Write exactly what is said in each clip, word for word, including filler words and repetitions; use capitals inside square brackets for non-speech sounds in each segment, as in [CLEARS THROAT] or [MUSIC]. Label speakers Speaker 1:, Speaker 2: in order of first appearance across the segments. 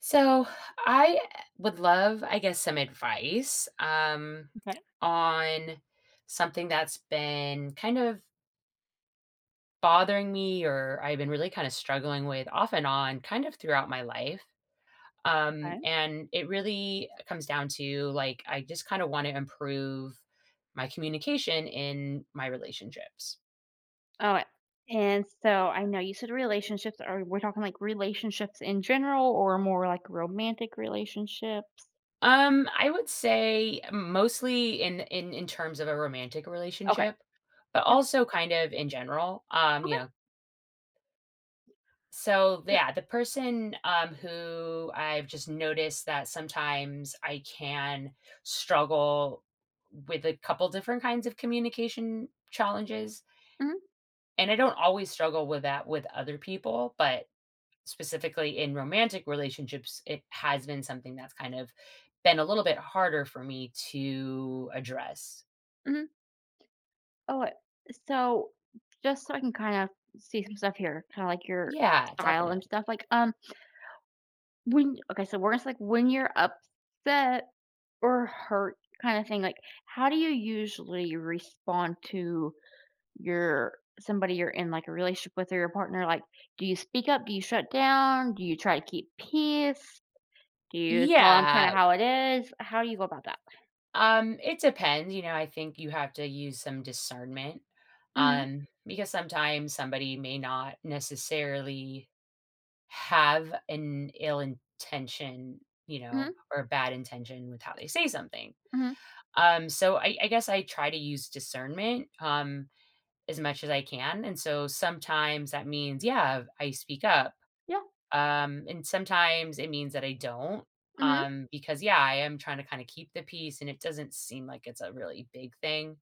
Speaker 1: So I would love, I guess, some advice um,
Speaker 2: Okay,
Speaker 1: on something that's been kind of bothering me or I've been really kind of struggling with off and on kind of throughout my life. Um,
Speaker 2: okay.
Speaker 1: and it really comes down to like, I just kind of want to improve my communication in my relationships.
Speaker 2: Oh, and so I know you said relationships are we're talking, like, relationships in general or more, like, romantic relationships?
Speaker 1: Um, I would say mostly in in in terms of a romantic
Speaker 2: Okay.
Speaker 1: relationship but
Speaker 2: Yeah,
Speaker 1: also kind of in general um you
Speaker 2: okay.
Speaker 1: know So,
Speaker 2: So
Speaker 1: yeah, the person, um, who I've just noticed that sometimes I can struggle with a couple different kinds of communication challenges,
Speaker 2: mhm,
Speaker 1: and I don't always struggle with that with other people, but specifically in romantic relationships, it has been something that's kind of been a little bit harder for me to address.
Speaker 2: mhm. Oh, uh, so just so I can kind of see some stuff here, kinda like your
Speaker 1: Yeah,
Speaker 2: style and
Speaker 1: definitely.
Speaker 2: stuff, like, um, when okay, so we're just, like, when you're upset or hurt kinda thing, like, how do you usually respond to you're somebody you're in, like, a relationship with or your partner, like, do you speak up? Do you shut down? Do you try to keep peace? Do you tell them 'em
Speaker 1: Yeah,
Speaker 2: kinda how it is? How do you go about that?
Speaker 1: um, it depends, you know, I think you have to use some discernment,
Speaker 2: Mhm,
Speaker 1: um, because sometimes somebody may not necessarily have an ill intention, you know,
Speaker 2: mhm,
Speaker 1: or a bad intention with how they say something.
Speaker 2: mhm,
Speaker 1: Um, so I I guess I try to use discernment, um as much as I can, and so sometimes that means, yeah, I speak up,
Speaker 2: yeah,
Speaker 1: um, and sometimes it means that I don't,
Speaker 2: mhm,
Speaker 1: um, because, yeah, I am trying to kinda keep the peace, and it doesn't seem like it's a really big thing,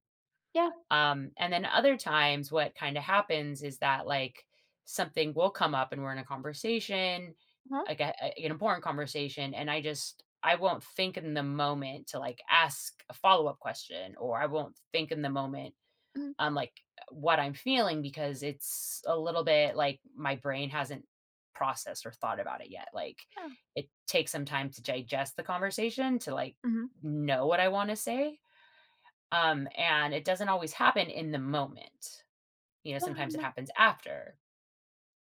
Speaker 2: yeah,
Speaker 1: um, and then other times what kinda happens is that, like, something will come up and we're in a conversation,
Speaker 2: uh-huh,
Speaker 1: like a a an important conversation, and I just I won't think in the moment to, like, ask a follow-up question, or I won't think in the moment
Speaker 2: mhm,
Speaker 1: on like what I'm feeling because it's a little bit like my brain hasn't processed or thought about it yet. Like
Speaker 2: yeah,
Speaker 1: it takes some time to digest the conversation to like
Speaker 2: mhm,
Speaker 1: know what I want to say. Um, and it doesn't always happen in the moment. You know,
Speaker 2: yeah,
Speaker 1: sometimes it
Speaker 2: no,
Speaker 1: happens after.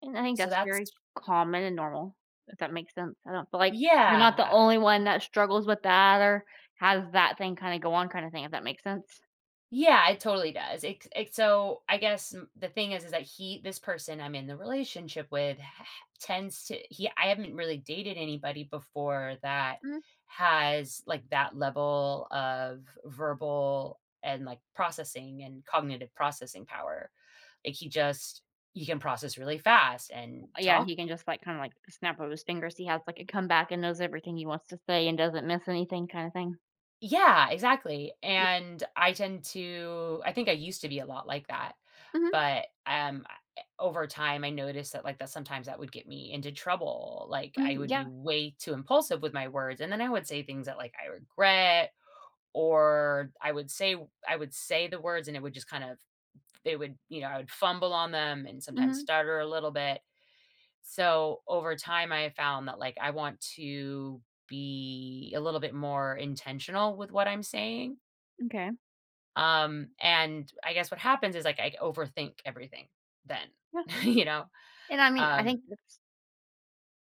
Speaker 2: and I think
Speaker 1: So
Speaker 2: that's
Speaker 1: that's
Speaker 2: very common and normal, if that makes sense. I don't feel like you're not the
Speaker 1: yeah.
Speaker 2: only one that struggles with that or has that thing kinda go on kinda thing, if that makes sense.
Speaker 1: Yeah, it totally does. It, it so I guess m- the thing is, is that he, this person I'm in the relationship with, h- tends to he. I haven't really dated anybody before that
Speaker 2: Mhm.
Speaker 1: has like that level of verbal and like processing and cognitive processing power. Like he just he can process really fast and
Speaker 2: Yeah, and
Speaker 1: talk.
Speaker 2: he can just, like, kinda, like, snap of his fingers. He has, like, a comeback and knows everything he wants to say and doesn't miss anything kinda thing.
Speaker 1: Yeah, exactly, and I tend to I think I used to be a lot like that,
Speaker 2: Mhm,
Speaker 1: but, um, I eh, over time, I noticed that, like, that sometimes that would get me into trouble, like, I
Speaker 2: mhm,
Speaker 1: would be
Speaker 2: yeah,
Speaker 1: way too impulsive with my words, and then I would say things that, like, I regret, or I would say I would say the words, and it would just kind of they would you know, I would fumble on them and sometimes
Speaker 2: mhm,
Speaker 1: stutter a little bit. So, over time, I found that, like, I want to be a little bit more intentional with what I'm saying,
Speaker 2: okay,
Speaker 1: um, and I guess what happens is, like, I overthink everything then,
Speaker 2: yeah,
Speaker 1: [LAUGHS] you know?
Speaker 2: and, I mean, I
Speaker 1: Um
Speaker 2: think that's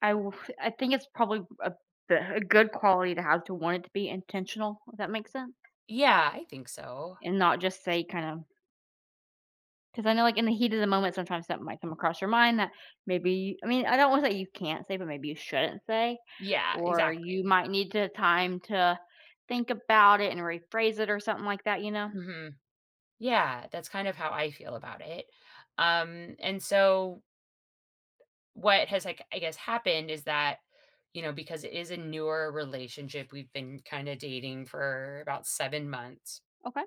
Speaker 2: I w [LAUGHS] I think it's probably a a good quality to have to want it to be intentional, if that makes sense,
Speaker 1: Yeah, I think so.
Speaker 2: and not just say kinda 'Cause I know, like, in the heat of the moment, sometimes something might come across your mind that maybe you- I mean, I don't wanna say you can't say, but maybe you shouldn't say,
Speaker 1: Yeah,
Speaker 2: or you
Speaker 1: exactly.
Speaker 2: might need the time to think about it and rephrase it or something like that, you know?
Speaker 1: Mhm. Yeah, that's kind of how I feel about it. Um, and so what has, like, I guess happened is that, you know, because it is a newer relationship, we've been kinda dating for about seven months,
Speaker 2: Okay.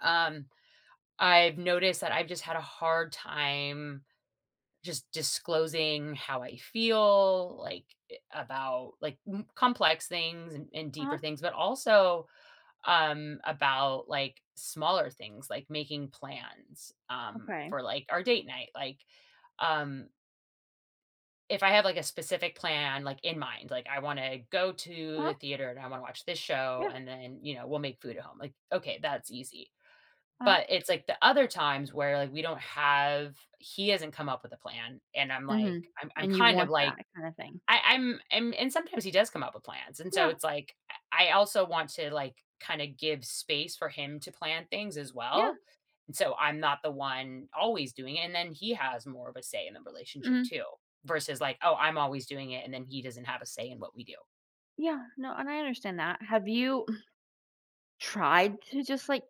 Speaker 1: um, I've noticed that I've just had a hard time just disclosing how I feel, like, eh, about, like, m complex things and and deeper
Speaker 2: Uh-huh.
Speaker 1: things, but also, um, about, like, smaller things, like making plans, um,
Speaker 2: Okay.
Speaker 1: for, like, our date night, like, um, if I have, like, a specific plan, like, in mind, like, I wanna go to the
Speaker 2: Uh-huh.
Speaker 1: theater and I wanna watch this show,
Speaker 2: Yeah.
Speaker 1: and then, you know, we'll make food at home, like, okay, that's easy.
Speaker 2: Uh-huh.
Speaker 1: But it's, like, the other times where, like, we don't have he hasn't come up with a plan, and I'm, like
Speaker 2: Mhm.
Speaker 1: I'm I'm
Speaker 2: And you
Speaker 1: kind of,
Speaker 2: want
Speaker 1: like
Speaker 2: that kinda thing.
Speaker 1: I I'm I'm and sometimes he does come up with plans, and so
Speaker 2: Yeah.
Speaker 1: it's, like, I I also want to, like, kinda give space for him to plan things as
Speaker 2: Yeah.
Speaker 1: well, and so I'm not the one always doing it, and then he has more of a say in the relationship
Speaker 2: Mhm.
Speaker 1: too, versus, like, "Oh, I'm always doing it," and then he doesn't have a say in what we do.
Speaker 2: Yeah. No, and I understand that. Have you [CLEARS THROAT] tried to just, like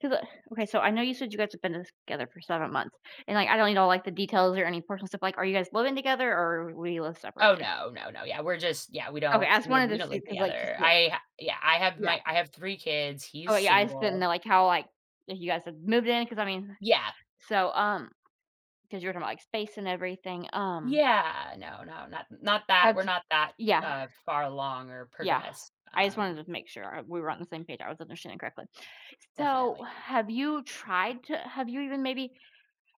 Speaker 2: 'Cause, uh okay, so I know you said you guys have been together for seven months, and, like, I don't need all, like, the details or any personal stuff, like, are you guys living together or we live
Speaker 1: Oh,
Speaker 2: separately?
Speaker 1: no, no, no, yeah, we're just yeah, we
Speaker 2: Okay,
Speaker 1: don't
Speaker 2: I just
Speaker 1: no,
Speaker 2: wanted
Speaker 1: we
Speaker 2: to
Speaker 1: don't
Speaker 2: see
Speaker 1: live
Speaker 2: because like, just,
Speaker 1: together.
Speaker 2: like
Speaker 1: I ha yeah, I have
Speaker 2: yeah.
Speaker 1: my I have three kids, he's
Speaker 2: Oh, yeah, I just didn't
Speaker 1: single.
Speaker 2: know, like, how, like, if you guys had moved in Because I mean
Speaker 1: Yeah,
Speaker 2: so, um, because you were talking about, like, space and everything, um,
Speaker 1: yeah, no, no, not not that,
Speaker 2: have
Speaker 1: we're not that,
Speaker 2: yeah,
Speaker 1: uh, far along or
Speaker 2: yeah.
Speaker 1: progressed,
Speaker 2: I just
Speaker 1: um,
Speaker 2: wanted to make sure I we were on the same page, I was understanding correctly. So,
Speaker 1: definitely.
Speaker 2: have you tried to have you even maybe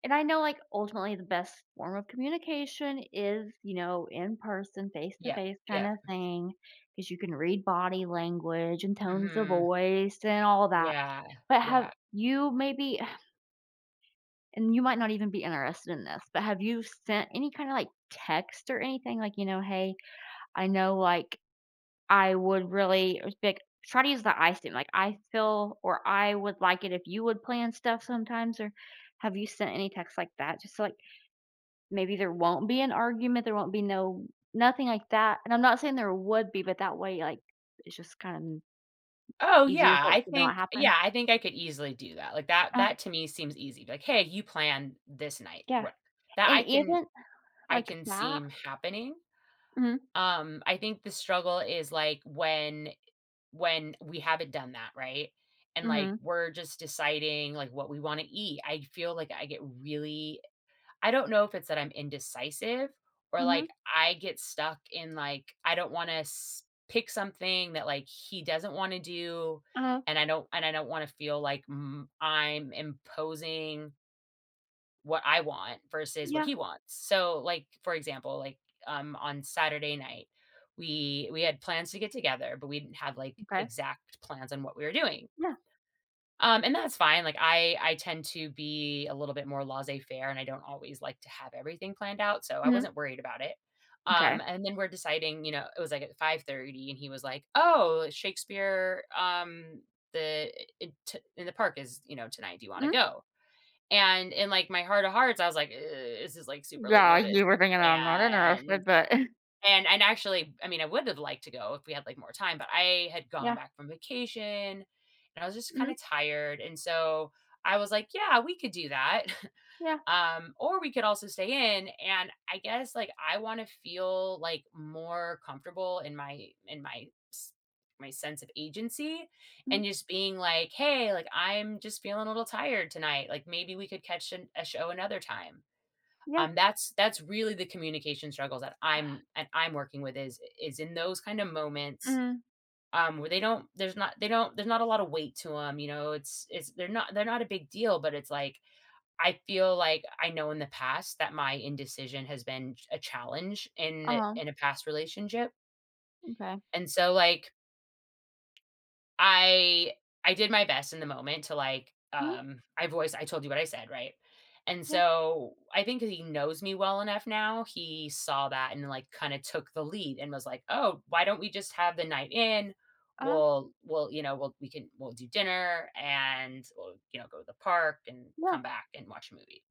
Speaker 2: And I know, like, ultimately the best form of communication is, you know, in person, face to
Speaker 1: Yep,
Speaker 2: face kind
Speaker 1: yep,
Speaker 2: of thing, because you can read body language and tones of
Speaker 1: mhm,
Speaker 2: voice and all that.
Speaker 1: yeah,
Speaker 2: But have
Speaker 1: yeah.
Speaker 2: you maybe, [SIGHS] and you might not even be interested in this, but have you sent any kind of like text or anything like, you know, hey, I know like I would really or like, try to use the I statement, like I feel or I would like it if you would plan stuff sometimes or have you sent any texts like that just to like Maybe there won't be an argument, there won't be no nothing like that, and I'm not saying there would be, but that way, like, it's just kinda
Speaker 1: Oh,
Speaker 2: easier
Speaker 1: yeah,
Speaker 2: for
Speaker 1: I
Speaker 2: it to not
Speaker 1: think
Speaker 2: happen.
Speaker 1: yeah, I think I could easily do that, like, that
Speaker 2: Uh,
Speaker 1: that to me seems easy, like, "Hey, you plan this night,"
Speaker 2: yeah,
Speaker 1: what that
Speaker 2: and
Speaker 1: I can
Speaker 2: even
Speaker 1: I
Speaker 2: like
Speaker 1: can
Speaker 2: that
Speaker 1: seem happening.
Speaker 2: mhm,
Speaker 1: Um, I think the struggle is like when when we haven't done that, right? And like
Speaker 2: mhm,
Speaker 1: we're just deciding like what we want to eat. I feel like I get really, I don't know if it's that I'm indecisive or
Speaker 2: mhm,
Speaker 1: like I get stuck in like I don't want to s- pick something that like he doesn't want to do
Speaker 2: uh-huh,
Speaker 1: and I don't and I don't want to feel like mm, I'm imposing what I want versus what
Speaker 2: yeah,
Speaker 1: he wants. So, like, for example, like, um, on Saturday night, we we had plans to get together, but we didn't have, like,
Speaker 2: okay,
Speaker 1: exact plans on what we were doing.
Speaker 2: yeah,
Speaker 1: Um, and that's fine, like, I I tend to be a little bit more laissez faire, and I don't always like to have everything planned out, so I
Speaker 2: mhm,
Speaker 1: wasn't worried about it. Um,
Speaker 2: okay,
Speaker 1: and then we're deciding, you know, it was, like, at five thirty, and he was like, "Oh, Shakespeare, um, the it t in the park is, you know, tonight. Do you wanna
Speaker 2: mhm,
Speaker 1: go?" And in, like, my heart of hearts, I was like, "Ugh, this is, like, super late
Speaker 2: yeah,
Speaker 1: notice."
Speaker 2: you were thinking I'm not
Speaker 1: And
Speaker 2: interested, but [LAUGHS]
Speaker 1: and and actually, I mean, I would have liked to go if we had, like, more time, but I had gone
Speaker 2: yeah,
Speaker 1: back from vacation, and I was just
Speaker 2: mhm,
Speaker 1: kinda tired, and so I was like, "Yeah, we could do that." [LAUGHS]
Speaker 2: yeah,
Speaker 1: Um or we could also stay in, and I guess like I want to feel like more comfortable in my in my s- my sense of agency
Speaker 2: mhm,
Speaker 1: and just being like, hey, like I'm just feeling a little tired tonight, like maybe we could catch an, a show another time.
Speaker 2: yeah,
Speaker 1: Um that's that's really the communication struggles that i'm and I'm working with, is is in those kind of moments
Speaker 2: mhm,
Speaker 1: um where they don't there's not they don't there's not a lot of weight to them, you know, it's it's they're not they're not a big deal, but it's like I feel like I know in the past that my indecision has been ch a challenge in
Speaker 2: uh-huh,
Speaker 1: in a past relationship,
Speaker 2: okay,
Speaker 1: and so, like, I I did my best in the moment to, like,
Speaker 2: mhm,
Speaker 1: um, I voiced I told you what I said, right? And
Speaker 2: yeah,
Speaker 1: so, I think he knows me well enough now, he saw that and, like, kinda took the lead and was like, "Oh, why don't we just have the night in?
Speaker 2: uh-huh,
Speaker 1: We'll we'll, you know, we'll we can we'll do dinner, and we'll, you know, go to the park and
Speaker 2: yeah,
Speaker 1: come back and watch a movie."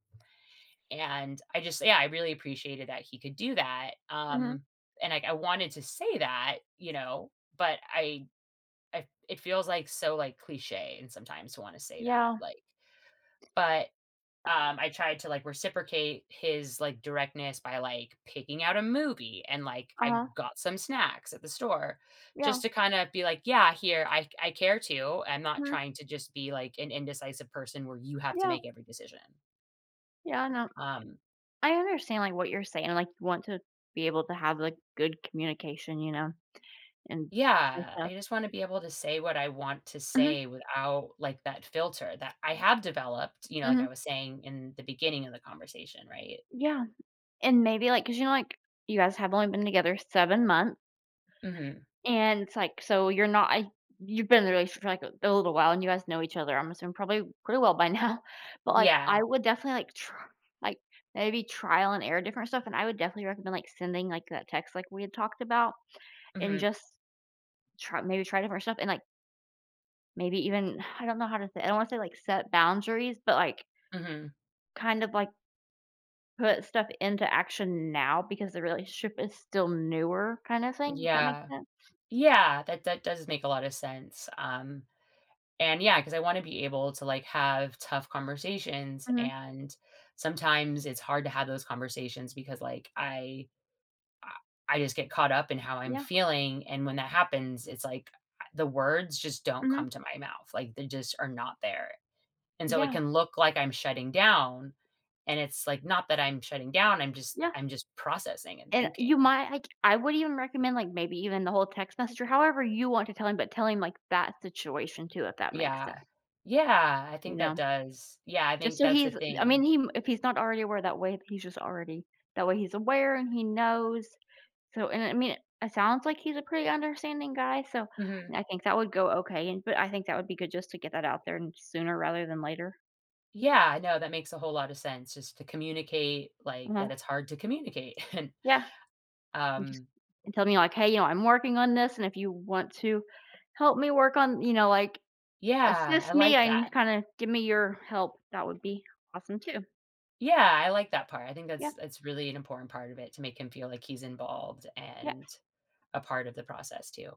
Speaker 1: And I just yeah, I really appreciated that he could do that.
Speaker 2: mhm,
Speaker 1: Um, and I I wanted to say that, you know, but I I, it feels like so like cliche and sometimes to want to say that.
Speaker 2: yeah,
Speaker 1: Like, but um
Speaker 2: [SIGHS]
Speaker 1: I tried to like reciprocate his like directness by like picking out a movie and like I
Speaker 2: uh-huh,
Speaker 1: got some snacks at the store
Speaker 2: yeah,
Speaker 1: just to kind of be like, yeah, here I I care too. I'm not
Speaker 2: mhm,
Speaker 1: trying to just be like an indecisive person where you have to
Speaker 2: yeah,
Speaker 1: make every decision.
Speaker 2: yeah, I know.
Speaker 1: Um
Speaker 2: I understand, like, what you're saying, like, you want to be able to have, like, good communication, you know, and say
Speaker 1: Yeah, I
Speaker 2: stuff.
Speaker 1: just wanna be able to say what I want to
Speaker 2: Mhm,
Speaker 1: say without, like, that filter that I have developed, you know, like I
Speaker 2: mhm.
Speaker 1: was saying in the beginning of the conversation, right?
Speaker 2: Yeah, and maybe, like because you know, like, you guys have only been together seven months,
Speaker 1: Mhm.
Speaker 2: and it's, like, so you're not I you've been in the relationship for, like, a a little while, and you guys know each other, I'm assuming probably pretty well by now, [LAUGHS] but, like,
Speaker 1: Yeah.
Speaker 2: I would definitely, like, try, like, maybe trial and error different stuff, and I would definitely recommend, like, sending, like, that text like we had talked about, and
Speaker 1: Mhm,
Speaker 2: just try maybe try different stuff and, like, maybe even [SIGHS] I don't know how to say I don't wanna say, like, set boundaries, but, like,
Speaker 1: mhm.
Speaker 2: kind of, like, put stuff into action now because the relationship is still newer kind of thing, if that makes
Speaker 1: Yeah.
Speaker 2: sense.
Speaker 1: Yeah, that that does make a lot of sense, um, and yeah, because I wanna be able to, like, have tough conversations,
Speaker 2: Mhm.
Speaker 1: and sometimes it's hard to have those conversations because, like, I I just get caught up in how I'm
Speaker 2: Yeah.
Speaker 1: feeling, and when that happens, it's like the words just don't come
Speaker 2: Mhm.
Speaker 1: to my mouth, like, they just are not there, and so it
Speaker 2: Yeah.
Speaker 1: can look like I'm shutting down, and it's, like, not that I'm shutting down, I'm just
Speaker 2: Yeah.
Speaker 1: I'm just processing and
Speaker 2: And
Speaker 1: thinking.
Speaker 2: you might like, I would even recommend, like, maybe even the whole text message or however you want to tell him, but tell him, like, that situation too, if that makes sense,
Speaker 1: Yeah. Yeah, I
Speaker 2: you
Speaker 1: think that
Speaker 2: know?
Speaker 1: does. Yeah, I
Speaker 2: Just
Speaker 1: think
Speaker 2: so
Speaker 1: that's a
Speaker 2: he's I
Speaker 1: thing.
Speaker 2: mean, he if he's not already aware that way, he's just already that way he's aware and he knows so and I mean, it sounds like he's a pretty understanding guy, so
Speaker 1: Mhm.
Speaker 2: I think that would go okay, and but I think that would be good just to get that out there and sooner rather than later.
Speaker 1: Yeah, no, that makes a whole lot of sense just to communicate, like,
Speaker 2: Uh-huh.
Speaker 1: that it's hard to communicate, [LAUGHS] and,
Speaker 2: Yeah, and just
Speaker 1: um,
Speaker 2: and tell me like, "Hey, you know, I'm working on this, and if you want to help me work on you know, like,
Speaker 1: yeah, I
Speaker 2: assist me
Speaker 1: like that.
Speaker 2: and kinda give me your help," that would be awesome too.
Speaker 1: Yeah, I like that part. I think that's
Speaker 2: Yeah,
Speaker 1: that's really an important part of it to make him feel like he's involved
Speaker 2: yeah,
Speaker 1: and a part of the process too.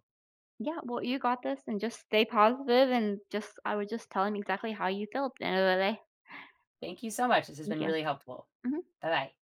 Speaker 2: yeah, well, you got this, and just stay positive and just I would just tell him exactly how you felt at the end of the day.
Speaker 1: Thank you so much. This has
Speaker 2: Thank
Speaker 1: been
Speaker 2: you.
Speaker 1: really helpful.
Speaker 2: Mhm.
Speaker 1: Bye bye.